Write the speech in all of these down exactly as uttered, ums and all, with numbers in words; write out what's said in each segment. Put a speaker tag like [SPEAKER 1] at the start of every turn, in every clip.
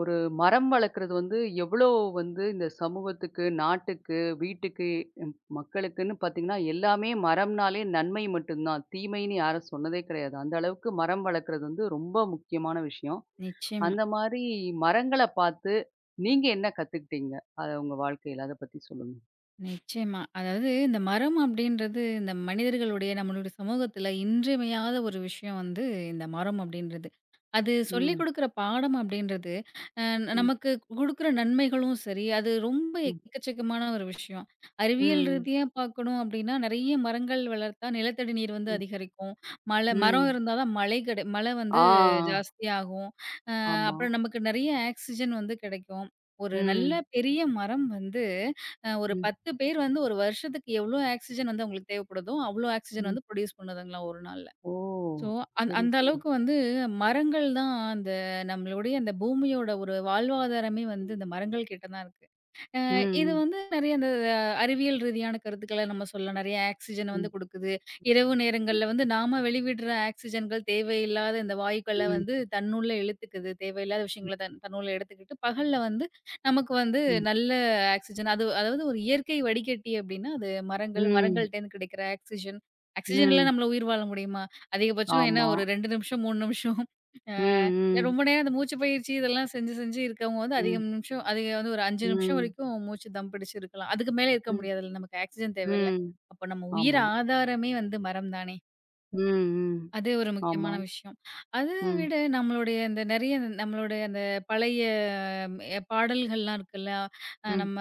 [SPEAKER 1] ஒரு மரம் வளர்க்குறது வந்து எவ்வளோ வந்து இந்த சமூகத்துக்கு, நாட்டுக்கு, வீட்டுக்கு, ம் மக்களுக்குன்னு பார்த்தீங்கன்னா, எல்லாமே மரம்னாலே நன்மை மட்டும்தான். தீமைன்னு யாரும் சொன்னதே கிடையாது. அந்த அளவுக்கு மரம் வளர்க்குறது வந்து ரொம்ப முக்கியமான விஷயம்.
[SPEAKER 2] நிச்சயமா,
[SPEAKER 1] அந்த மாரி மரங்கள பார்த்து நீங்க என்ன கத்துக்கிட்டீங்க? அத உங்க வாழ்க்கையில அத பத்தி சொல்லுங்க.
[SPEAKER 2] நிச்சயமா. அதாவது இந்த மரம் அப்படின்றது இந்த மனிதர்களுடைய நம்மளுடைய சமூகத்துல இன்றியமையாத ஒரு விஷயம் வந்து இந்த மரம் அப்படின்றது. அது சொல்லிக்
[SPEAKER 1] ம்.
[SPEAKER 2] குடுக்குற பாடம் அப்படின்றது, அ
[SPEAKER 1] ம்.
[SPEAKER 2] நமக்கு குடுக்குற நன்மைகளும் சரி, அது ரொம்ப
[SPEAKER 1] ம்.
[SPEAKER 2] எக்கச்சக்கமான ஒரு விஷயம். அறிவியல்
[SPEAKER 1] ம்.
[SPEAKER 2] ரீதியா பார்க்கணும் அப்படின்னா, நெறைய மரங்கள் வளர்த்தா நிலத்தடி நீர் வந்து
[SPEAKER 1] ம்.
[SPEAKER 2] அதிகரிக்கும். மழை மரம்
[SPEAKER 1] ம்.
[SPEAKER 2] இருந்தா தான் மழை கிடை மழை வந்து
[SPEAKER 1] ஆ.
[SPEAKER 2] ஜாஸ்தியாகும். அ
[SPEAKER 1] ஆமா.
[SPEAKER 2] அப்புறம் நமக்கு நெறைய ஆக்ஸிஜன் வந்து கிடைக்கும். ஒரு நல்ல
[SPEAKER 1] ம்.
[SPEAKER 2] பெரிய மரம் வந்து அ ஒரு
[SPEAKER 1] ம்.
[SPEAKER 2] பத்து பேர் வந்து ஒரு வருஷத்துக்கு எவ்ளோ ஆக்ஸிஜன் வந்து அவங்களுக்கு தேவைப்படுதோ, அவ்ளோ ஆக்ஸிஜன்
[SPEAKER 1] ம்.
[SPEAKER 2] வந்து ப்ரொடியூஸ் பண்ணுதுங்களாம் ஒரு நாள்ல.
[SPEAKER 1] ஓ!
[SPEAKER 2] ஸோ அந்
[SPEAKER 1] சரி,
[SPEAKER 2] அந்த
[SPEAKER 1] சரி.
[SPEAKER 2] அளவுக்கு வந்து மரங்கள் தான் அந்த நம்மளுடைய அந்த பூமியோட ஒரு வாழ்வாதாரமே வந்து இந்த மரங்கள் கிட்ட தான் இருக்கு. அ இது
[SPEAKER 1] ம்.
[SPEAKER 2] வந்து நெறைய அந்த அஹ், அறிவியல் ரீதியான கருத்துக்கள நம்ம சொல்லலாம். நெறைய ஆக்ஸிஜன
[SPEAKER 1] ம்.
[SPEAKER 2] வந்து குடுக்குது. இரவு
[SPEAKER 1] ம்.
[SPEAKER 2] நேரங்கள்ல வந்து நாம வெளிவிடுற ஆக்ஸிஜன்கள் தேவையில்லாத இந்த வாயுக்கள
[SPEAKER 1] ம்.
[SPEAKER 2] வந்து தன்னுள்ள இழுத்துக்குது. தேவையில்லாத
[SPEAKER 1] ம்.
[SPEAKER 2] விஷயங்கள தன் தன்னுள்ள எடுத்துக்கிட்டு, பகல்ல வந்து நமக்கு வந்து
[SPEAKER 1] ம்.
[SPEAKER 2] நல்ல ஆக்ஸிஜன் அது அதாவது ஒரு இயற்கை வடிகட்டி அப்டின்னா, அது மரங்கள்,
[SPEAKER 1] ம்.
[SPEAKER 2] மரங்கள்ட்டேருந்து கிடைக்கிற ஆக்ஸிஜன். ஆக்ஸிஜன் இல்ல
[SPEAKER 1] ம்.
[SPEAKER 2] நம்மள உயிர் வாழ முடியுமா? அதிகபட்சம் என்ன
[SPEAKER 1] ஆமா.
[SPEAKER 2] ஒரு ரெண்டு நிமிஷம், மூணு நிமிஷம். அ
[SPEAKER 1] ம்.
[SPEAKER 2] இல்ல
[SPEAKER 1] ம்.
[SPEAKER 2] ரொம்ப நேரம் அந்த மூச்சு பயிற்சி இதெல்லாம் செஞ்சு, செஞ்சு இருக்கவங்க வந்து அதிக
[SPEAKER 1] ம்.
[SPEAKER 2] நிமிஷம் அதிக வந்து ஒரு அஞ்சு நிமிஷம்
[SPEAKER 1] ம்.
[SPEAKER 2] வரைக்கும் மூச்சு தம் பிடிச்சு இருக்கலாம். அதுக்கு மேல இருக்க
[SPEAKER 1] ம்.
[SPEAKER 2] முடியாதுல்ல. நமக்கு ஆக்ஸிஜன் தேவைல்ல.
[SPEAKER 1] ம்.
[SPEAKER 2] அப்ப நம்ம உயிர்
[SPEAKER 1] ஆமா.
[SPEAKER 2] ஆதாரமே வந்து மரம் தானே!
[SPEAKER 1] ம். ம்.
[SPEAKER 2] அது ஒரு
[SPEAKER 1] ஆமா.
[SPEAKER 2] முக்கியமான விஷயம். அத
[SPEAKER 1] ம்.
[SPEAKER 2] விட நம்மளுடைய இந்த நெறைய நம்மளுடைய அந்த பழைய எ பாடல்கள்லாம் இருக்குல்ல, அ
[SPEAKER 1] ம்.
[SPEAKER 2] நம்ம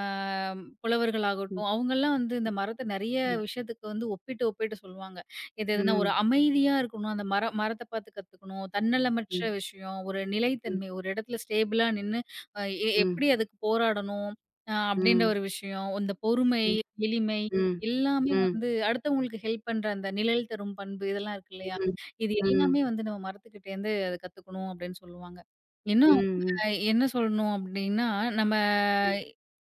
[SPEAKER 1] ம்.
[SPEAKER 2] புலவர்களாகட்டும், அவங்கலாம் வந்து இந்த மரத்த நெறைய
[SPEAKER 1] ம்.
[SPEAKER 2] விஷயத்துக்கு வந்து ஒப்பிட்டு, ஒப்பிட்டு சொல்லுவாங்க. எது எதுனா ஒரு
[SPEAKER 1] ம்.
[SPEAKER 2] அமைதியா இருக்கணும், அந்த மர மரத்த பார்த்து கத்துக்கணும், தன்னலமற்ற
[SPEAKER 1] ம்.
[SPEAKER 2] விஷயம், ஒரு நிலைத்தன்மை, ஒரு இடத்துல ஸ்டேபிளா நின்னு அ எ
[SPEAKER 1] ம்.
[SPEAKER 2] எப்படி அதுக்கு போராடணும், அ அப்படின்ற
[SPEAKER 1] ம்.
[SPEAKER 2] ஒரு விஷயம், இந்த பொறுமை,
[SPEAKER 1] ம். ம்.
[SPEAKER 2] எளிமை
[SPEAKER 1] ம். ம்.
[SPEAKER 2] எல்லாமே வந்து அடுத்தவங்களுக்கு ஹெல்ப் பண்ற அந்த நிழல் தரும் பண்பு இதெல்லாம் இருக்கு இல்லையா?
[SPEAKER 1] ம்.
[SPEAKER 2] இது
[SPEAKER 1] ம்.
[SPEAKER 2] எல்லாமே வந்து நம்ம மரத்துக்கிட்டேருந்து அது கத்துக்கணும் அப்படின்னு சொல்லுவாங்க. இன்னும்
[SPEAKER 1] ம்.
[SPEAKER 2] அ என்ன சொல்லணும் அப்டின்னா, நம்ம
[SPEAKER 1] ம்.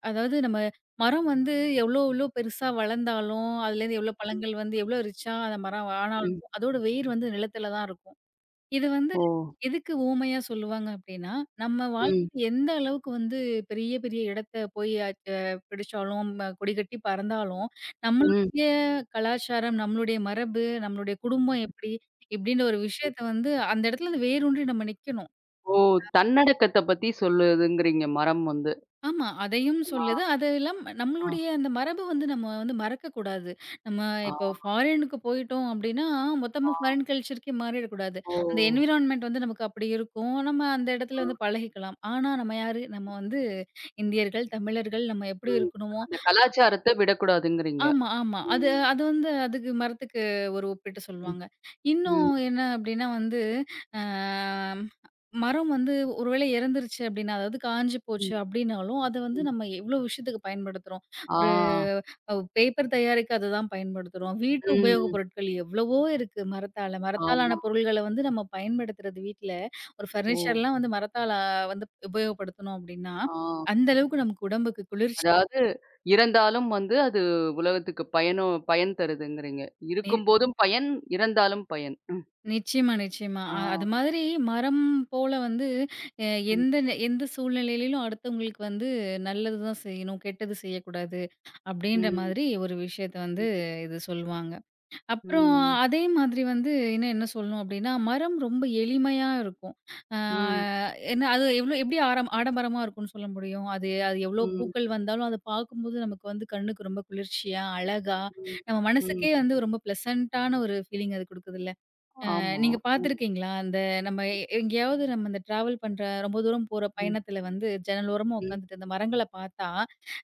[SPEAKER 2] அதாவது நம்ம மரம் வந்து எவ்ளோ எவ்ளோ பெருசா வளர்ந்தாலும், அதுலேருந்து எவ்ளோ பழங்கள் வந்து எவ்ளோ ரிச்சா அந்த மரம் ஆனாலும்,
[SPEAKER 1] ம்.
[SPEAKER 2] அதோட வேர் வந்து நிலத்துல தான் இருக்கும். இது வந்து
[SPEAKER 1] ஓ!
[SPEAKER 2] எதுக்கு உவமையா சொல்லுவாங்க அப்டின்னா, நம்ம
[SPEAKER 1] ம்.
[SPEAKER 2] வாழ்க்கையில எந்த அளவுக்கு வந்து பெரிய பெரிய இடத்த போய் அ பிடிச்சாலும், ம கொடிகட்டி பறந்தாலும்,
[SPEAKER 1] ம்.
[SPEAKER 2] நம்மளுடைய கலாச்சாரம், நம்மளுடைய மரபு, நம்மளுடைய குடும்பம் எப்டி இப்டின்ற ஒரு விஷயத்த வந்து அந்த இடத்துல வேரூன்றி நம்ம நிக்கணும்.
[SPEAKER 1] ஓ! தன்னடக்கத்த பத்தி சொல்லுதுங்கிறீங்க மரம் வந்து.
[SPEAKER 2] ஆமா. அதையும்
[SPEAKER 1] ஆ.
[SPEAKER 2] சொல்லுது. அதெல்லாம்
[SPEAKER 1] ஆ.
[SPEAKER 2] நம்மளுடைய அந்த மரபு வந்து நம்ம வந்து மறக்கக்கூடாது. நம்ம
[SPEAKER 1] ஆ.
[SPEAKER 2] இப்போ ஃபாரினுக்கு போயிட்டோம் அப்டின்னா, மொத்தமா
[SPEAKER 1] ஆ.
[SPEAKER 2] ஃபாரின் கல்ச்சருக்கே மாறிடக்கூடாது.
[SPEAKER 1] ஓ!
[SPEAKER 2] அந்த என்விரான்மென்ட் வந்து நமக்கு அப்டி இருக்கும். நம்ம அந்த
[SPEAKER 1] அ.
[SPEAKER 2] இடத்துல வந்து பழகிக்கலாம். ஆனா நம்ம யாரு? நம்ம வந்து இந்தியர்கள், தமிழர்கள் நம்ம எப்டி
[SPEAKER 1] ம்.
[SPEAKER 2] இருக்கணுமோ,
[SPEAKER 1] அந்த கலாச்சாரத்த விடக்கூடாதுங்கிறீங்க.
[SPEAKER 2] ஆமா, ஆமா. அது
[SPEAKER 1] ம்.
[SPEAKER 2] அது வந்து அதுக்கு மரத்துக்கு ஒரு ஒப்பீட்டு சொல்லுவாங்க. இன்னும்
[SPEAKER 1] ம்,
[SPEAKER 2] என்ன அப்டின்னா வந்து, அ மரம் வந்து ஒருவேளை இறந்துருச்சு அப்டின்னா, அதாவது காஞ்சு போச்சு
[SPEAKER 1] ம்,
[SPEAKER 2] அப்டின்னாலும், அத வந்து
[SPEAKER 1] ம்.
[SPEAKER 2] நம்ம எவ்ளோ விஷயத்துக்கு பயன்படுத்துறோம். ஒரு
[SPEAKER 1] ஆ,
[SPEAKER 2] அவ் பேப்பர் தயாரிக்க அத தான் பயன்படுத்துறோம். வீட்டு உபயோகப்
[SPEAKER 1] ம்.
[SPEAKER 2] பொருட்கள் எவ்வளவோ இருக்கு மரத்தால. மரத்தாலான
[SPEAKER 1] ஆமா.
[SPEAKER 2] பொருள்கள வந்து நம்ம பயன்படுத்துறது வீட்ல. ஒரு
[SPEAKER 1] ஓ!
[SPEAKER 2] ஃபர்னிச்சர்லாம் வந்து மரத்தால வந்து உபயோகப்படுத்தணும் அப்டின்னா,
[SPEAKER 1] ஆ.
[SPEAKER 2] அந்த அளவுக்கு நமக்கு உடம்புக்கு குளிர்ச்சி.
[SPEAKER 1] அதாவது இறந்தாலும் வந்து அது உலகத்துக்கு பயனோ பயன் தருதுங்கிறீங்க.
[SPEAKER 2] நி
[SPEAKER 1] இருக்கும்போதும் பயன், இறந்தாலும் பயன். ம்.
[SPEAKER 2] நிச்சயமா, நிச்சயமா. அ அது
[SPEAKER 1] ஆ.
[SPEAKER 2] மாதிரி மரம் போல வந்து அ
[SPEAKER 1] ம்,
[SPEAKER 2] எந்த நெ எந்த சூழ்நிலையிலும் அடுத்தவங்களுக்கு வந்து நல்லது தான் செய்யணும், கெட்டது செய்யக்கூடாது அப்படின்ற
[SPEAKER 1] ம்,
[SPEAKER 2] மாதிரி ஒரு விஷயத்த வந்து
[SPEAKER 1] ம்,
[SPEAKER 2] இது சொல்லுவாங்க. அப்புறம்
[SPEAKER 1] ம்,
[SPEAKER 2] அதே மாதிரி வந்து இன்னும் என்ன சொல்லணும் அப்படின்னா, மரம் ரொம்ப எளிமையா இருக்கும். ஆ
[SPEAKER 1] ம்,
[SPEAKER 2] என்ன அது எவ்வளோ எப்படி ஆரம் ஆடம்பரமா இருக்கும்னு சொல்ல முடியும். அது அது எவ்வளோ
[SPEAKER 1] ம்,
[SPEAKER 2] பூக்கள் வந்தாலும் அத பார்க்கும்போது நமக்கு வந்து கண்ணுக்கு ரொம்ப குளிர்ச்சியா, அழகா நம்ம
[SPEAKER 1] ம்.
[SPEAKER 2] மனசுக்கே வந்து ரொம்ப ப்ளசன்ட்டான ஒரு ஃபீலிங் அது குடுக்குதுல்ல.
[SPEAKER 1] ஆமா.
[SPEAKER 2] நீங்க
[SPEAKER 1] ம்,
[SPEAKER 2] பார்த்துருக்கீங்களா? அந்த நம்ம எ- எங்கேயாவது நம்ம இந்த ட்ராவல் பண்ற ரொம்ப தூரம் போற
[SPEAKER 1] ம்,
[SPEAKER 2] பயணத்துல வந்து ஜன்னல் ஓரமா
[SPEAKER 1] ம்,
[SPEAKER 2] உட்காந்துட்டு இந்த மரங்கள பார்த்தா,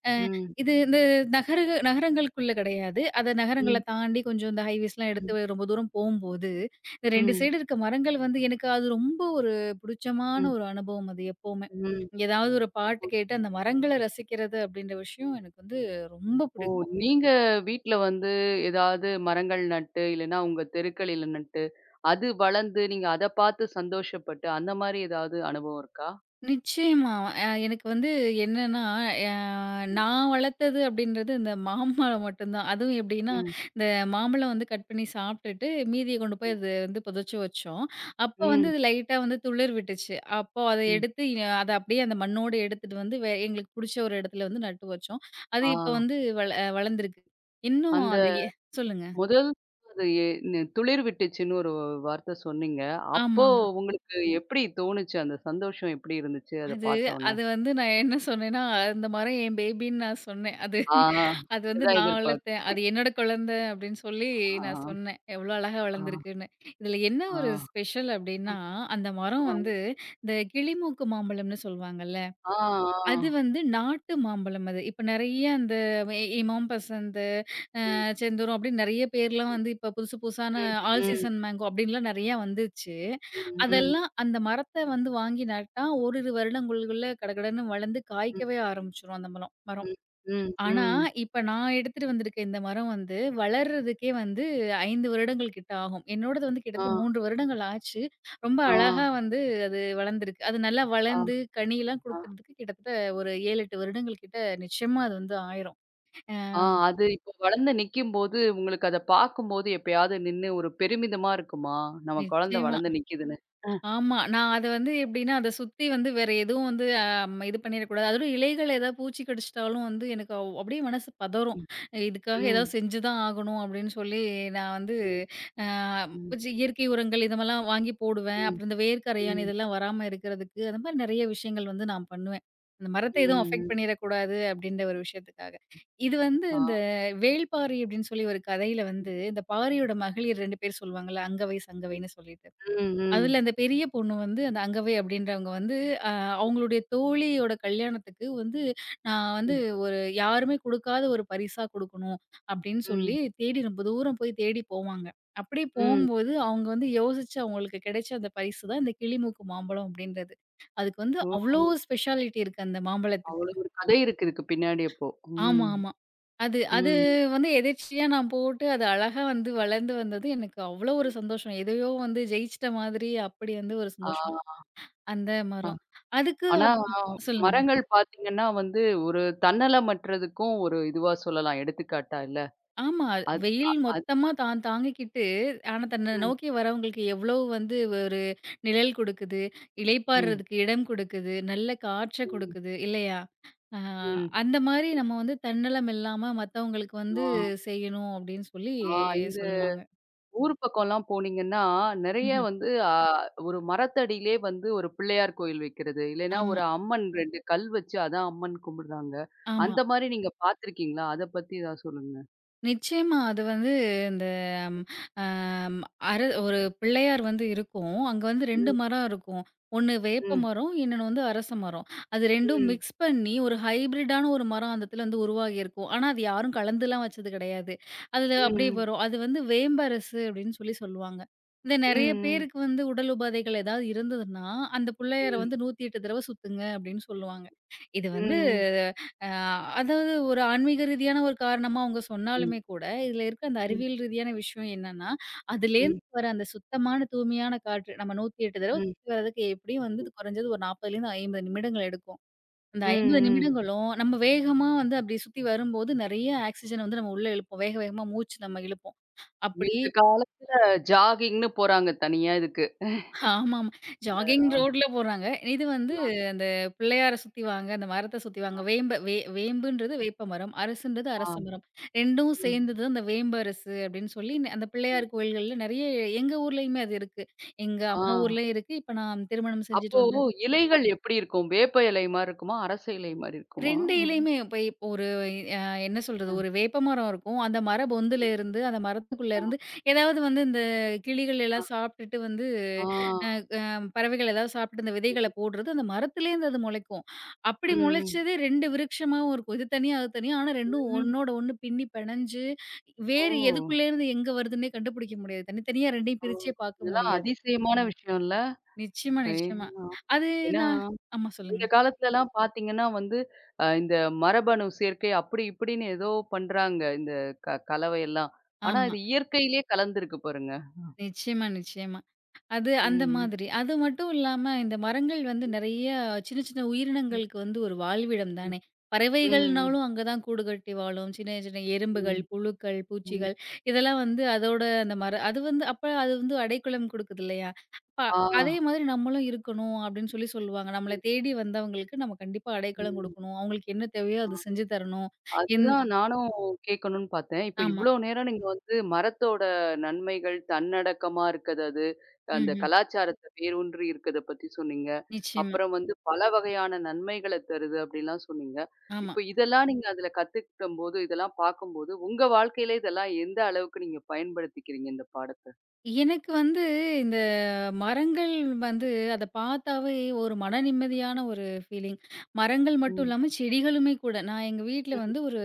[SPEAKER 2] அ
[SPEAKER 1] ம்,
[SPEAKER 2] இது இந்த நகர நகரங்களுக்குள்ள கிடையாது. அத நகரங்கள
[SPEAKER 1] ம்,
[SPEAKER 2] தாண்டி கொஞ்சம் இந்த ஹைவேஸ்லாம்
[SPEAKER 1] ம்,
[SPEAKER 2] எடுத்து ரொம்ப தூரம் போம்போது, இந்த ரெண்டு
[SPEAKER 1] ம்,
[SPEAKER 2] சைடு இருக்க மரங்கள் வந்து எனக்கு அது ரொம்ப ஒரு புடிச்சமான
[SPEAKER 1] ம்,
[SPEAKER 2] ஒரு அனுபவம் அது எப்பவுமே.
[SPEAKER 1] ம்.
[SPEAKER 2] ஏதாவது ஒரு பாட்டு கேட்டு அந்த மரங்கள ரசிக்கிறது அப்படின்ற விஷயம் எனக்கு வந்து ரொம்ப
[SPEAKER 1] ஓ!
[SPEAKER 2] பிடிக்கும்.
[SPEAKER 1] நீங்க வீட்ல வந்து ஏதாவது மரங்கள் நட்டு, இல்லன்னா உங்க தெருக்கள்ல நட்டு, அது வளர்ந்து நீங்க அத பார்த்து சந்தோஷப்பட்டு, அந்த மாரி ஏதாவது அனுபவம் இருக்கா?
[SPEAKER 2] நிச்சயமா. அ எனக்கு வந்து என்னன்னா, அ நான் வளர்த்தது அப்படின்றது இந்த மாம்பழம் மட்டும்தான். அதுவும் எப்படின்னா,
[SPEAKER 1] ம்.
[SPEAKER 2] இந்த மாம்பழம் வந்து கட் பண்ணி சாப்பிட்டுட்டு, மீதிய கொண்டு போய் அது வந்து புதைச்சு வச்சோம். அப்போ வந்து
[SPEAKER 1] ம்.
[SPEAKER 2] அது லைட்டா வந்து துளிர் விட்டுச்சு. அப்போ அத
[SPEAKER 1] ம்.
[SPEAKER 2] எடுத்து எ அத அப்படியே அந்த மண்ணோட எடுத்துட்டு வந்து வே எங்களுக்கு புடிச்ச ஒரு இடத்துல வந்து நட்டு வச்சோம். அது இப்ப
[SPEAKER 1] ஆ.
[SPEAKER 2] வந்து வள அஹ் வளர்ந்திருக்கு. இன்னும்
[SPEAKER 1] அந்த
[SPEAKER 2] அது எ சொல்லுங்க.
[SPEAKER 1] முதல் அது எ நு துளிர் விட்டுச்சுன்னு ஒரு வார்த்த சொன்னீங்க. அப்போ
[SPEAKER 2] ஆமாமா.
[SPEAKER 1] உங்களுக்கு எப்படி தோணுச்சு? அந்த சந்தோஷம் எப்படி இருந்துச்சு? அத
[SPEAKER 2] அது
[SPEAKER 1] பார்த்தோன்ன?
[SPEAKER 2] அது வந்து நான் என்ன சொன்னேன்னா, அந்த மரம் என் பேபின்னு நான் சொன்னேன். அது
[SPEAKER 1] ஆ.
[SPEAKER 2] அது வந்து
[SPEAKER 1] இதுதான்
[SPEAKER 2] நான் வளர்த்தேன்.
[SPEAKER 1] எதிர்பார்த்தேன்.
[SPEAKER 2] அது என்னோட குழந்தை அப்படின்னு சொல்லி
[SPEAKER 1] ஆ.
[SPEAKER 2] நான் சொன்னேன். எவ்வளோ அழகா
[SPEAKER 1] ஆ.
[SPEAKER 2] வளர்ந்துருக்குன்னு. இதில என்ன
[SPEAKER 1] ஆ.
[SPEAKER 2] ஒரு ஸ்பெஷல்
[SPEAKER 1] ஆ.
[SPEAKER 2] அப்படின்னா, அந்த மரம்
[SPEAKER 1] ஆ.
[SPEAKER 2] வந்து இந்த கிளிமூக்கு மாம்பழம்னு சொல்வாங்கல்ல,
[SPEAKER 1] ஆ. ஆ.
[SPEAKER 2] அது வந்து நாட்டு மாம்பழம் அது. இப்ப நெறைய அந்த எ இமாம்பசந்த்
[SPEAKER 1] ம்.
[SPEAKER 2] "நச்சந்தூரம்" அப்படின்னு நெறைய பேர்லாம்
[SPEAKER 1] ம்.
[SPEAKER 2] வந்து இப்ப புதுசு புதுசான
[SPEAKER 1] ம்.
[SPEAKER 2] ஆல்
[SPEAKER 1] ம்.
[SPEAKER 2] சீசன் மேங்கோ அப்படின்லாம் நெறையா வந்துச்சு.
[SPEAKER 1] ம்.
[SPEAKER 2] அதெல்லாம் அந்த மரத்த வந்து வாங்கி நட்டா ஓரிரு வருடங்களுக்குள்ள கடகடன்னு வளர்ந்து
[SPEAKER 1] ம்.
[SPEAKER 2] காய்க்கவே ஆரம்பிச்சுரும் அந்த மலம் மரம்.
[SPEAKER 1] ம். ம்.
[SPEAKER 2] ஆனா,
[SPEAKER 1] ம்.
[SPEAKER 2] இப்ப நான் எடுத்துட்டு வந்திருக்க இந்த மரம் வந்து வளர்றதுக்கே வந்து ஐந்து வருடங்கள் கிட்ட ஆகும். என்னோடது வந்து
[SPEAKER 1] ஆ.
[SPEAKER 2] கிட்டத்தட்ட மூன்று வருடங்கள் ஆச்சு. ரொம்ப
[SPEAKER 1] ஆ.
[SPEAKER 2] அழகா வந்து அது வளர்ந்திருக்கு. அது நல்லா
[SPEAKER 1] ஆ.
[SPEAKER 2] வளர்ந்து கனிலாம்
[SPEAKER 1] ஆ.
[SPEAKER 2] குடுக்கறதுக்கு கிட்டத்தட்ட ஒரு ஏழு, எட்டு வருடங்கள் கிட்ட நிச்சயமா அது வந்து ஆயிரும். அ
[SPEAKER 1] ஆ. அது இப்போ வளர்ந்து நிக்கும்போது, உங்களுக்கு அத பார்க்கும்போது எப்பயாவது நின்னு ஒரு பெருமிதமா இருக்குமா? நம்ம குழந்தை
[SPEAKER 2] நிச்சயமா.
[SPEAKER 1] வளர்ந்து நிக்குதுன்னு. அ.
[SPEAKER 2] ஆமா. நான் அத வந்து எப்படின்னா, அத சுத்தி வந்து வேற எதுவும் வந்து அ இது பண்ணிறக்கூடாது. அதுவும் இலைகள்ல ஏதாவது பூச்சி கடிச்சிட்டாலும் வந்து எனக்கு அவ் அப்படியே மனசு பதறும்.
[SPEAKER 1] ம்.
[SPEAKER 2] இதுக்காக
[SPEAKER 1] ம்.
[SPEAKER 2] ஏதாவது செஞ்சு தான் ஆகணும் அப்படின்னு சொல்லி நான் வந்து
[SPEAKER 1] ம்.
[SPEAKER 2] அ
[SPEAKER 1] ம்.
[SPEAKER 2] கொஞ்சம் இயற்கை உரங்கள் இது மாரிலாம் வாங்கி போடுவேன்.
[SPEAKER 1] ம்.
[SPEAKER 2] அப்புறம் இந்த
[SPEAKER 1] ம்.
[SPEAKER 2] வேர்க்கரையான்
[SPEAKER 1] ம்.
[SPEAKER 2] இதெல்லாம் வராம இருக்கிறதுக்கு, அந்த மாரி நெறைய விஷயங்கள் வந்து நான் பண்ணுவேன். அந்த மரத்த எதுவும் அஃபெக்ட்
[SPEAKER 1] ம்.
[SPEAKER 2] பண்ணிறக்கூடாது அப்படின்ற ஒரு விஷயத்துக்காக. இது வந்து
[SPEAKER 1] ஆ.
[SPEAKER 2] இந்த வேள்பாரி அப்படின்னு சொல்லி ஒரு கதையில
[SPEAKER 1] ம்.
[SPEAKER 2] வந்து, இந்த பாரியோட மகளிர் இரண்டு பேர் சொல்லுவாங்கல்ல, அங்கவை,
[SPEAKER 1] ம்.
[SPEAKER 2] சங்கவைன்னு சொல்லிட்டு.
[SPEAKER 1] ம்.
[SPEAKER 2] அதுல அந்த பெரிய பொண்ணு வந்து அந்த அங்கவை அப்படின்றவங்க வந்து அ அவங்களுடைய தோழியோட கல்யாணத்துக்கு வந்து நான் வந்து
[SPEAKER 1] ம்.
[SPEAKER 2] ஒரு யாருமே குடுக்காத ஒரு பரிசா குடுக்கணும் அப்படின்னு சொல்லி
[SPEAKER 1] ம்.
[SPEAKER 2] தேடி ரொம்ப தூரம் போய் தேடி போவாங்க. அப்படி
[SPEAKER 1] ம்.
[SPEAKER 2] போம்போது அவங்க வந்து யோசிச்சு அவங்களுக்கு கிடைச்ச அந்த பரிசு தான் இந்த கிளிமூக்கு மாம்பழம் அப்படின்றது. அதுக்கு வந்து
[SPEAKER 1] ஓ!
[SPEAKER 2] அவ்ளோ ஸ்பெஷாலிட்டி இருக்கு அந்த மாம்பழத்துக்கு.
[SPEAKER 1] அவ்வளோ ஒரு கதை இருக்கு இதுக்கு பின்னாடி அப்போ.
[SPEAKER 2] ஆமா,
[SPEAKER 1] ம்.
[SPEAKER 2] ஆமா. அது அது
[SPEAKER 1] ம்.
[SPEAKER 2] வந்து எதேர்ச்சியா நான் போட்டு அது அழகா வந்து வளர்ந்து வந்தது எனக்கு அவ்ளோ ஒரு சந்தோஷம். எதையோ வந்து ஜெயிச்சிட்ட மாதிரி அப்படி வந்து ஒரு
[SPEAKER 1] ஆ.
[SPEAKER 2] சந்தோஷம். அந்த
[SPEAKER 1] அ.
[SPEAKER 2] மரம். அதுக்கு
[SPEAKER 1] ஆனா
[SPEAKER 2] அப் சொல்லுங்க.
[SPEAKER 1] மரங்கள் பார்த்தீங்கன்னா வந்து, ஒரு தன்னலமற்றதுக்கும் ஒரு இதுவா சொல்லலாம். எடுத்துக்காட்டா இல்ல.
[SPEAKER 2] ஆமா. வெயில்
[SPEAKER 1] அது
[SPEAKER 2] மொத்தமா தான் தாங்கிக்கிட்டு, ஆனா தன்ன
[SPEAKER 1] ம்,
[SPEAKER 2] நோக்கி வரவங்களுக்கு எவ்ளோ வந்து ஒரு நிழல் குடுக்குது,
[SPEAKER 1] ம்,
[SPEAKER 2] இளைப்பாறுறதுக்கு இடம் குடுக்குது, நல்ல காற்ற
[SPEAKER 1] ம்,
[SPEAKER 2] குடுக்குது இல்லையா? அ
[SPEAKER 1] ம்.
[SPEAKER 2] அந்த மாரி நம்ம வந்து தன்னலம் இல்லாம மத்தவங்களுக்கு வந்து
[SPEAKER 1] ஆ,
[SPEAKER 2] செய்யணும் அப்டின்னு சொல்லி
[SPEAKER 1] ஆ இந்த
[SPEAKER 2] சொல்லுவாங்க.
[SPEAKER 1] ஊர் பக்கம்லாம் போனீங்கன்னா, நெறைய
[SPEAKER 2] ம்ஹ்ம்.
[SPEAKER 1] வந்து ஆ ஒரு மரத்தடியிலே வந்து ஒரு பிள்ளையார் கோயில் வைக்கிறது. இல்லைன்னா
[SPEAKER 2] ஆமா,
[SPEAKER 1] ஒரு அம்மன் ரெண்டு கல் வச்சு அதான் அம்மன் கும்பிடுறாங்க.
[SPEAKER 2] ஆமா.
[SPEAKER 1] அந்த மாரி நீங்க பார்த்துருக்கீங்களா? அத பத்தி ஏதாவது சொல்லுங்க.
[SPEAKER 2] நிச்சயமா. அது வந்து இந்த ம் அம் அரு ஒரு பிள்ளையார் வந்து இருக்கும். அங்க வந்து ரெண்டு
[SPEAKER 1] ம்,
[SPEAKER 2] மரம் இருக்கும். ஒண்ணு வேப்ப
[SPEAKER 1] ம்,
[SPEAKER 2] மரம், இன்னொன்னு வந்து அரச மரம். அது இரண்டும்
[SPEAKER 1] ம்,
[SPEAKER 2] மிக்ஸ் பண்ணி ஒரு ஹைபிரிட்டான ஒரு மரம் அந்த இடத்துல வந்து உருவாகி இருக்கும். ஆனா, அது யாரும் கலந்துலாம் வச்சது கிடையாது. அதுல அப்படியே
[SPEAKER 1] ம்,
[SPEAKER 2] வரும். அது வந்து வேம்பரசு அப்படின்னு சொல்லி சொல்லுவாங்க. இந்த
[SPEAKER 1] ம்,
[SPEAKER 2] நெறைய
[SPEAKER 1] ம்,
[SPEAKER 2] பேருக்கு வந்து உடல் உபாதைகள் ஏதாவது இருந்ததுன்னா, அந்த பிள்ளையார
[SPEAKER 1] ம்,
[SPEAKER 2] வந்து நூற்றி எட்டு தடவ சுத்துங்க அப்படின்னு சொல்லுவாங்க. இது வந்து
[SPEAKER 1] ம்,
[SPEAKER 2] அ அதாவது ஒரு ஆன்மீக ரீதியான ஒரு காரணமா அவங்க
[SPEAKER 1] ம்,
[SPEAKER 2] சொன்னாலுமே கூட, இதில இருக்க அந்த
[SPEAKER 1] ம்,
[SPEAKER 2] அறிவியல் ரீதியான விஷயம் என்னன்னா, அதுலேருந்து
[SPEAKER 1] ம்,
[SPEAKER 2] வர அந்த சுத்தமான, தூய்மையான காற்று நம்ம நூற்றி எட்டு தடவ
[SPEAKER 1] ம்,
[SPEAKER 2] சுத்தி வரதுக்கு எப்படியும் வந்து இது குறைஞ்சது ஒரு நாற்பதிலேருந்து ஐம்பது நிமிடங்கள் எடுக்கும். அந்த
[SPEAKER 1] ம்,
[SPEAKER 2] ஐம்பது
[SPEAKER 1] ம்.
[SPEAKER 2] நிமிடங்களும் நம்ம வேகமா வந்து அப்படி சுத்தி வரும்போது, நெறைய ஆக்ஸிஜன் வந்து நம்ம உள்ள இழுப்போம். வேக வேகமா மூச்சு நம்ம இழுப்போம். அப்படி
[SPEAKER 1] இந்த காலத்துல ஜாகிங்ன்னு போறாங்க தனியா இதுக்கு.
[SPEAKER 2] ஆமாமா. ஜாகிங்
[SPEAKER 1] அ,
[SPEAKER 2] ரோட்ல போறாங்க. இது வந்து
[SPEAKER 1] ஆ,
[SPEAKER 2] அந்த பிள்ளையார சுத்தி வாங்க, அந்த மரத்த சுத்தி வாங்க.
[SPEAKER 1] ஆ,
[SPEAKER 2] வேம்ப வே வேம்புன்றது வேப்ப மரம், அரசுன்றது
[SPEAKER 1] ஆ,
[SPEAKER 2] அரச மரம். 2ம்
[SPEAKER 1] ம்,
[SPEAKER 2] சேர்ந்தது அந்த வேம்பரசு அப்படின்னு சொல்லி ந- அந்த
[SPEAKER 1] ம்.
[SPEAKER 2] பிள்ளையார் கோயில்கள்ல நெறைய எங்க ஊர்லயுமே அது இருக்கு. எங்க
[SPEAKER 1] ஆ.
[SPEAKER 2] அம்மா ஊர்லயும் இருக்கு. இப்ப நான் திருமணம்
[SPEAKER 1] அப்போ
[SPEAKER 2] செஞ்சுட்டு வந்து
[SPEAKER 1] இலைகள் எப்படி இருக்கும்? வேப்ப இலை மாரி இருக்குமா? அரச இலை மாரி இருக்குமா?
[SPEAKER 2] ரெண்டு இலயுமே இப்ப இப்ப ஒரு அ என்ன சொல்றது,
[SPEAKER 1] ஆ,
[SPEAKER 2] ஒரு வேப்ப மரம் இருக்கும். அந்த மர பொந்துல இருந்து, அந்த மரத்துக்குள்ள
[SPEAKER 1] ஆ,
[SPEAKER 2] இருந்து ஏதாவது வந்து இந்த கிளிகள் எல்லாம் சாப்பிட்டுட்டு வந்து
[SPEAKER 1] ஆ, ஆ.
[SPEAKER 2] அம், பறவைகள் ஏதாவது சாப்பிட்டு இந்த விதைகள போடுறது, அந்த மரத்துலேருந்து அது முளைக்கும். அப்படி
[SPEAKER 1] ம்.
[SPEAKER 2] முளைச்சது ரெண்டு விருட்சமாவும் இருக்கும். இது தனியா, அது தனியா. ஆனா இரண்டும்
[SPEAKER 1] ம்.
[SPEAKER 2] ஒண்ணோட ஒண்ணு பின்னி பிணைஞ்சு,
[SPEAKER 1] ஓ!
[SPEAKER 2] வேர் எதுக்குள்ளேருந்து எங்க வருதுன்னே கண்டுபிடிக்க முடியாது. தனித்தனியா இரண்டையும்
[SPEAKER 1] ஓ!
[SPEAKER 2] பிரிச்சே பார்க்க
[SPEAKER 1] இதெல்லாம்
[SPEAKER 2] முடியாது.
[SPEAKER 1] அதிசயமான விஷயம்ல.
[SPEAKER 2] நிச்சயமா,
[SPEAKER 1] ஏ
[SPEAKER 2] நிச்சயமா.
[SPEAKER 1] ஆ.
[SPEAKER 2] அது
[SPEAKER 1] ஏன்னா,
[SPEAKER 2] நான் ஆமா சொல்லுங்க.
[SPEAKER 1] இந்த காலத்துலலாம் பார்த்தீங்கன்னா வந்து, அ இந்த மரபணு சேர்க்கை அப்படி இப்படின்னு ஏதோ பண்றாங்க. இந்த க கலவையெல்லாம். ஆனா
[SPEAKER 2] ஆமா.
[SPEAKER 1] இது இயற்கையிலேயே கலந்திருக்கு பாருங்க.
[SPEAKER 2] நிச்சயமா, நிச்சயமா. அது அந்த
[SPEAKER 1] ம்.
[SPEAKER 2] மாதிரி. அது மட்டும் இல்லாம இந்த மரங்கள் வந்து நெறைய சின்ன சின்ன
[SPEAKER 1] ம்.
[SPEAKER 2] உயிரினங்களுக்கு வந்து ஒரு வாழ்விடம்
[SPEAKER 1] ம்.
[SPEAKER 2] தானே!
[SPEAKER 1] ம்.
[SPEAKER 2] பறவைகள்னாலும் அங்க தான் கூடு கட்டி வாழும். சின்ன சின்ன எறும்புகள்,
[SPEAKER 1] ம்.
[SPEAKER 2] புழுக்கள்,
[SPEAKER 1] ம்.
[SPEAKER 2] பூச்சிகள் இதெல்லாம் வந்து அதோட அந்த மர அது வந்து அப்ப அது வந்து அடைக்கலம் குடுக்குது இல்லையா? அப்ப
[SPEAKER 1] ஆ.
[SPEAKER 2] அதே மாதிரி நம்மளும் இருக்கணும் அப்டின்னு சொல்லி சொல்லுவாங்க. நம்மள தேடி வந்தவங்களுக்கு நம்ம கண்டிப்பா அடைக்கலம்
[SPEAKER 1] ம்.
[SPEAKER 2] குடுக்கணும். அவங்களுக்கு என்ன தேவையோ
[SPEAKER 1] ஆ.
[SPEAKER 2] அத செஞ்சு தரணும். என்
[SPEAKER 1] அதுதான் நானும் கேட்கணும்னு பார்த்தேன். இப்ப
[SPEAKER 2] ஆமா.
[SPEAKER 1] இவ்ளோ நேரம் நீங்க வந்து மரத்தோட நன்மைகள், தன்னடக்கமா இருக்கிறது அது, அந்த
[SPEAKER 2] ம்ஹ்ம்.
[SPEAKER 1] கலாச்சாரத்த வேரூன்றி இருக்கிறத பத்தி சொன்னீங்க.
[SPEAKER 2] நிச்சயமா.
[SPEAKER 1] அப்புறம் வந்து பல வகையான நன்மைகள தருது அப்படிலாம் சொன்னீங்க.
[SPEAKER 2] ஆமா.
[SPEAKER 1] இப்ப இதெல்லாம் நீங்க அதுல கத்துக்கிட்டம்போது, இதெல்லாம் பார்க்கும்போது, உங்க வாழ்க்கையில இதெல்லாம் எந்த அளவுக்கு நீங்க பயன்படுத்திக்கிறீங்க இந்த பாடத்த?
[SPEAKER 2] எனக்கு வந்து இந்த மரங்கள் வந்து அத பார்த்தாவே ஒரு மன நிம்மதியான ஒரு ஃபீலிங். மரங்கள் மட்டும்
[SPEAKER 1] ம்.
[SPEAKER 2] இல்லாம செடிகளுமே கூட. நான் எங்க வீட்ல
[SPEAKER 1] ம்,
[SPEAKER 2] வந்து ஒரு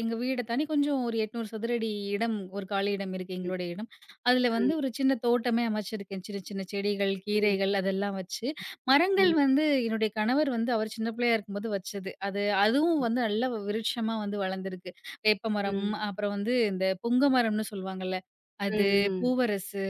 [SPEAKER 2] எங்க வீட தாண்டி கொஞ்சம் ஒரு எண்ணூறு சதுர அடி இடம், ஒரு காலி இடம் இருக்கு
[SPEAKER 1] ம்,
[SPEAKER 2] எங்களுடைய இடம். அதுல வந்து
[SPEAKER 1] ம்,
[SPEAKER 2] ஒரு சின்ன தோட்டமே அமைச்சிருக்கேன். சின்ன சின்ன செடிகள்,
[SPEAKER 1] ம்,
[SPEAKER 2] கீரைகள் அதெல்லாம் வச்சு. மரங்கள்
[SPEAKER 1] ம்,
[SPEAKER 2] வந்து என்னுடைய கணவர் வந்து அவர் சின்ன பிள்ளையா இருக்கும்போது வச்சது. அது அதுவும்
[SPEAKER 1] ம்,
[SPEAKER 2] வந்து நல்ல விருட்சமா வந்து வளர்ந்திருக்கு. வேப்பமரம்,
[SPEAKER 1] ம்,
[SPEAKER 2] அப்புறம் வந்து இந்த புங்க மரம்னு சொல்லுவாங்கல்ல. அது,
[SPEAKER 1] ம்,
[SPEAKER 2] பூவரசு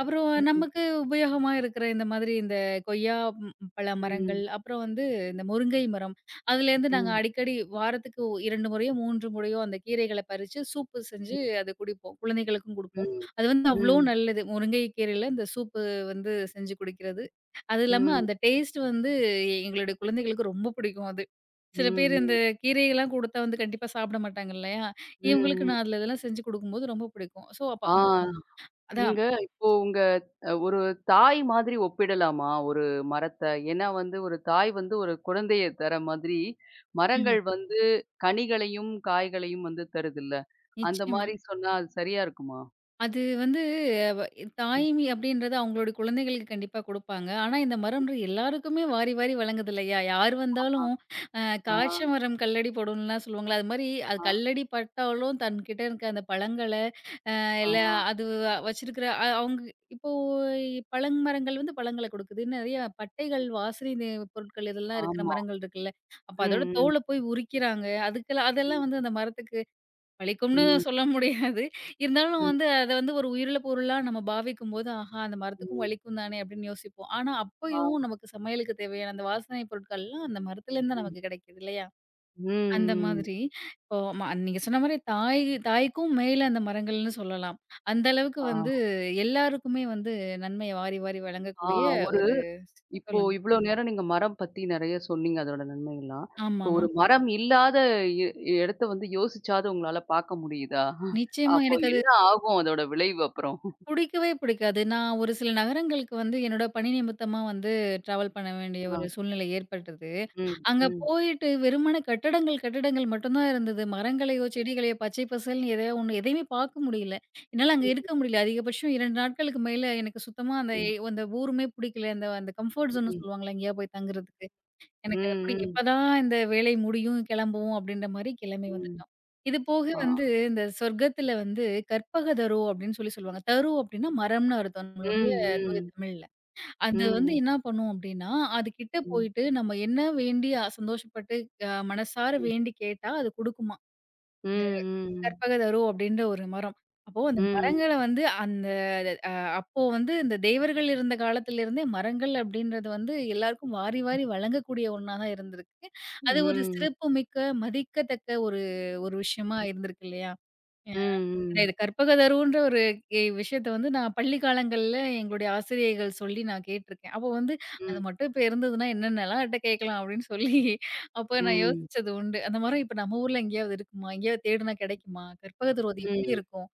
[SPEAKER 2] அப்புறம்
[SPEAKER 1] ம்,
[SPEAKER 2] நமக்கு உபயோகமா இருக்கிற இந்த மாதிரி இந்த கொய்யா ம், பழ மரங்கள்,
[SPEAKER 1] ம்,
[SPEAKER 2] அப்புறம் வந்து இந்த முருங்கை மரம். அதுலேருந்து நாங்க
[SPEAKER 1] ம், ம்,
[SPEAKER 2] அடிக்கடி வாரத்துக்கு இரண்டு முறையோ, மூன்று முறையோ அந்த கீரைகள பறிச்சு சூப்பு செஞ்சு அது குடிப்போம். குழந்தைகளுக்கும்
[SPEAKER 1] ம்,
[SPEAKER 2] குடுப்போம்.
[SPEAKER 1] ம்,
[SPEAKER 2] அது வந்து
[SPEAKER 1] ம், ம்,
[SPEAKER 2] அவ்ளோ
[SPEAKER 1] ம்.
[SPEAKER 2] நல்லது. முருங்கை கீரையில இந்த சூப்பு வந்து செஞ்சு குடிக்கிறது. அது இல்லாம
[SPEAKER 1] ம்,
[SPEAKER 2] அந்த டேஸ்ட் வந்து எ- எங்களுடைய குழந்தைகளுக்கு ரொம்ப பிடிக்கும் அது. சில
[SPEAKER 1] ம்,
[SPEAKER 2] பேர் இந்த
[SPEAKER 1] ம்,
[SPEAKER 2] கீரையெல்லாம் குடுத்தா வந்து கண்டிப்பா சாப்பிட மாட்டாங்க இல்லையா? இவங்களுக்கு
[SPEAKER 1] ம்.
[SPEAKER 2] நான் அதுல இதெல்லாம் செஞ்சு குடுக்கும்போது ரொம்ப பிடிக்கும். ஸோ அப்ப
[SPEAKER 1] ஆ
[SPEAKER 2] ம் அதான்.
[SPEAKER 1] நீங்க இப்போ உங்க அ ஒரு தாய் மாதிரி ஒப்பிடலாமா? ஒரு மரத்த? ஏன்னா வந்து ஒரு தாய் வந்து ஒரு குழந்தைய தர மாதிரி,
[SPEAKER 2] ம்.
[SPEAKER 1] மரங்கள் வந்து கனிகளையும், காய்களையும் வந்து தருதுல்ல. அந்த
[SPEAKER 2] நிச்சயமா.
[SPEAKER 1] மாரி சொன்னா அது சரியா இருக்குமா?
[SPEAKER 2] அது வந்து வ
[SPEAKER 1] ம்.
[SPEAKER 2] தாய்மை அப்படின்றது அவங்களோட குழந்தைகளுக்கு கண்டிப்பா குடுப்பாங்க. ஆனா, இந்த மரம்ன்ற எல்லாருக்குமே வாரி வாரி வழங்குதில்லையா? யார்
[SPEAKER 1] ஆ,
[SPEAKER 2] வந்தாலும் அ
[SPEAKER 1] ஆ,
[SPEAKER 2] "காய்ச்ச மரம் கல்லடி படும்ன்லாம்" சொல்லுவாங்கல்ல. அது மாரி அது
[SPEAKER 1] ஆ,
[SPEAKER 2] கல்லடி பட்டாலும் தன்கிட்ட இருக்க அந்த பழங்கள, அ
[SPEAKER 1] ஆ.
[SPEAKER 2] இல்ல அது வ- வச்சிருக்கிற அ அவங்க இப்போ பழமரங்கள் வந்து பழங்கள குடுக்குது. நெறைய பட்டைகள், வாசனை நி பொருட்கள் இதெல்லாம் இருக்கிற
[SPEAKER 1] ஆமா.
[SPEAKER 2] மரங்கள் இருக்குல்ல. அப்ப அதோட
[SPEAKER 1] ம், ம்,
[SPEAKER 2] தோல போய் உரிக்கிறாங்க. அதுக்கெல்லாம் அதெல்லாம்
[SPEAKER 1] ம்.
[SPEAKER 2] வந்து அந்த மரத்துக்கு பழிக்கும்னு
[SPEAKER 1] ம்,
[SPEAKER 2] சொல்ல முடியாது. இருந்தாலும்
[SPEAKER 1] ம்,
[SPEAKER 2] வந்து அத வந்து ஒரு உயிருள்ள பொருளா நம்ம பாவிக்கும்போது, ஆஹா! அந்த மரத்துக்கும்
[SPEAKER 1] ம்.
[SPEAKER 2] வலிக்கும் தானே அப்படின்னு யோசிப்போம். ஆனா
[SPEAKER 1] ஆ.
[SPEAKER 2] அப்பயும் நமக்கு சமையலுக்கு தேவையான அந்த வாசனை பொருட்கள்லாம் அந்த மரத்துலேருந்து தான்
[SPEAKER 1] ம்.
[SPEAKER 2] நமக்கு கிடைக்குது இல்லையா?
[SPEAKER 1] ம்,
[SPEAKER 2] அந்த
[SPEAKER 1] ம்.
[SPEAKER 2] மாதிரி இப்போ ம நீங்க சொன்ன மாரி தாய் தாய்க்கும் மேல அந்த மரங்கள்னு சொல்லலாம். அந்த அளவுக்கு
[SPEAKER 1] ஆ,
[SPEAKER 2] வந்து எல்லாருக்குமே வந்து நன்மைய வாரி வாரி
[SPEAKER 1] ஆ.
[SPEAKER 2] வழங்கக்கூடிய
[SPEAKER 1] ஒரு
[SPEAKER 2] ஒரு
[SPEAKER 1] இப்போ
[SPEAKER 2] சொல்லுங்க.
[SPEAKER 1] இவ்ளோ நேரம் நீங்க மரம் பத்தி நெறைய சொன்னீங்க, அதோட நன்மைகள்லாம். இப்போ
[SPEAKER 2] ஆமாமா.
[SPEAKER 1] ஒரு ம். மரம் இல்லாத எ இடத்த வந்து யோசிச்சாவது உங்களால பாக்க முடியுதா?
[SPEAKER 2] நிச்சயமா
[SPEAKER 1] அப்போ
[SPEAKER 2] எனக்கு அது
[SPEAKER 1] என்ன ஆகும் அதோட விளைவு அப்புறம்?
[SPEAKER 2] புடிக்கவே புடிக்காது. நான் ஒரு சில நகரங்களுக்கு வந்து என்னோட பணி நிமித்தமா வந்து ட்ராவல் பண்ண வேண்டிய
[SPEAKER 1] ஆ.
[SPEAKER 2] ஒரு சூழ்நிலை ஏற்பட்டது.
[SPEAKER 1] ம்,
[SPEAKER 2] அங்க
[SPEAKER 1] ம்,
[SPEAKER 2] போயிட்டு வெறுமன கட்டடங்கள், கட்டடங்கள் மட்டும் தான் இருந்தது. மரங்களையோ, செடிகளையோ பச்சை பசேல்ன்னு எதையோ ஒண்ணு எதையுமே பார்க்க முடியல. என்னால அங்க
[SPEAKER 1] ம்,
[SPEAKER 2] இருக்க முடியல. அதிகபட்சம் இரண்டு நாட்களுக்கு மேல எனக்கு சுத்தமா அந்த
[SPEAKER 1] ம்,
[SPEAKER 2] அந்த ஊருமே பிடிக்கல. அந்த அந்த கம்ஃபோர்ட் ஜோன்னு
[SPEAKER 1] ம்,
[SPEAKER 2] சொல்லுவாங்கல்ல, எங்கேயாவது போய் தங்குறதுக்கு. எனக்கு அது கூட
[SPEAKER 1] ம்,
[SPEAKER 2] எப்பதான் இந்த வேலை முடியும், கிளம்புவோம் அப்படின்ற மாரி கிளம்பி
[SPEAKER 1] ம்.
[SPEAKER 2] வந்துட்டோம். இது போக
[SPEAKER 1] ஆ.
[SPEAKER 2] வந்து இந்த சொர்க்கத்துல வந்து கற்பக தரு அப்படின்னு சொல்லி சொல்லுவாங்க. தரு அப்படின்னா மரம்னு அர்த்தம் நம்மளுடைய
[SPEAKER 1] ம்,
[SPEAKER 2] தூய
[SPEAKER 1] ம்,
[SPEAKER 2] தமிழ்ல. அது வந்து
[SPEAKER 1] ம்,
[SPEAKER 2] என்ன பண்ணும் அப்படின்னா, அது கிட்ட
[SPEAKER 1] ம்,
[SPEAKER 2] போயிட்டு நம்ம என்ன வேண்டி அ சந்தோஷப்பட்டு அ மனசார
[SPEAKER 1] ம்,
[SPEAKER 2] வேண்டி கேட்டா அது குடுக்குமா.
[SPEAKER 1] ம்,
[SPEAKER 2] கற்பகதரு அப்படின்ற ஒரு மரம். அப்போ அந்த
[SPEAKER 1] ம், ம்,
[SPEAKER 2] மரங்கள வந்து அந்த அ அப்போ வந்து இந்த தேவர்கள் இருந்த காலத்திலிருந்தே மரங்கள் அப்படின்றது வந்து எல்லாருக்கும் வாரி வாரி வழங்கக்கூடிய ஒண்ணா தான் இருந்திருக்கு. அது ஒரு
[SPEAKER 1] ம்,
[SPEAKER 2] சிறப்புமிக்க, மதிக்கத்தக்க ஒரு ஒரு விஷயமா இருந்திருக்கு இல்லையா?
[SPEAKER 1] ம்,
[SPEAKER 2] இது கற்பகதருன்ற ஒரு எ விஷயத்த வந்து நான் பள்ளி காலங்கள்ல எங்களுடைய ஆசிரியைகள் சொல்லி நான் கேட்டுருக்கேன். அப்போ வந்து
[SPEAKER 1] ம்,
[SPEAKER 2] அது
[SPEAKER 1] ம்,
[SPEAKER 2] மட்டும் இப்ப இருந்ததுன்னா என்னென்னலாம் என்ட்ட கேட்கலாம் அப்படின்னு சொல்லி அப்ப நான் ம். யோசிச்சது உண்டு. அந்த மரம் இப்ப நம்ம ஊர்ல எங்கேயாவது இருக்குமா? எங்கேயாவது தேடுனா கிடைக்குமா? கற்பகதரு அது எப்படி
[SPEAKER 1] ம்.
[SPEAKER 2] இருக்கும்?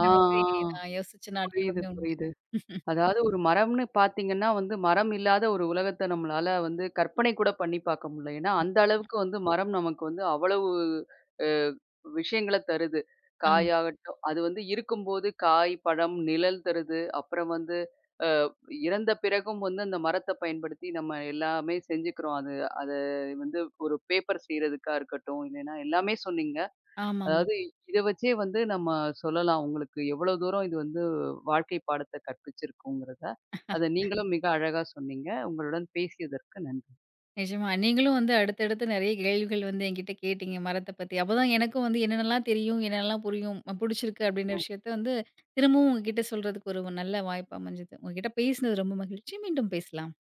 [SPEAKER 1] ஆ,
[SPEAKER 2] மாதிரி
[SPEAKER 1] ஆ.
[SPEAKER 2] நான் யோசிச்ச
[SPEAKER 1] புரியுது,
[SPEAKER 2] நாட்களுமே உண்டு.
[SPEAKER 1] புரியுது. அதாவது ஒரு மரம்னு பார்த்தீங்கன்னா வந்து, மரம் இல்லாத ஒரு உலகத்த நம்மளால வந்து கற்பனை கூட பண்ணி பார்க்க முடியல. ஏன்னா, அந்த
[SPEAKER 2] நிச்சயமா.
[SPEAKER 1] அளவுக்கு வந்து மரம் நமக்கு வந்து அவ்வளவு அ விஷயங்கள தருது.
[SPEAKER 2] ஆமா,
[SPEAKER 1] காயாகட்டும் அது வந்து இருக்கும்போது காய், பழம், நிழல் தருது. அப்புறம் வந்து அ இறந்த பிறகும் வந்து அந்த மரத்த பயன்படுத்தி நம்ம எல்லாமே செஞ்சுக்கிறோம். அது அது வந்து ஒரு பேப்பர் செய்றதுக்கா இருக்கட்டும், இல்லைன்னா எல்லாமே சொன்னீங்க.
[SPEAKER 2] ஆமாமா.
[SPEAKER 1] அதாவது இத வச்சே வந்து நம்ம சொல்லலாம். உங்களுக்கு எவ்வளோ தூரம் இது வந்து வாழ்க்கை பாடத்த கற்பிச்சிருக்குங்கிறத. அத நீங்களும் மிக அழகா சொன்னீங்க. உங்களுடன் பேசியதற்கு நன்றி.
[SPEAKER 2] நிஜமா. நீங்களும் வந்து அடுத்தடுத்து நெறைய கேள்விகள் வந்து என்கிட்ட கேட்டீங்க மரத்த பத்தி. அப்பதான் எனக்கும் வந்து என்னென்னலாம் தெரியும், என்னென்னலாம் புரியும், அ புடிச்சிருக்கு அப்டின்ற விஷயத்த வந்து திரும்பவும் உங்ககிட்ட சொல்றதுக்கு ஒரு நல்ல வாய்ப்பு அமைஞ்சது. உங்ககிட்ட பேசினது ரொம்ப மகிழ்ச்சி. மீண்டும் பேசலாம்.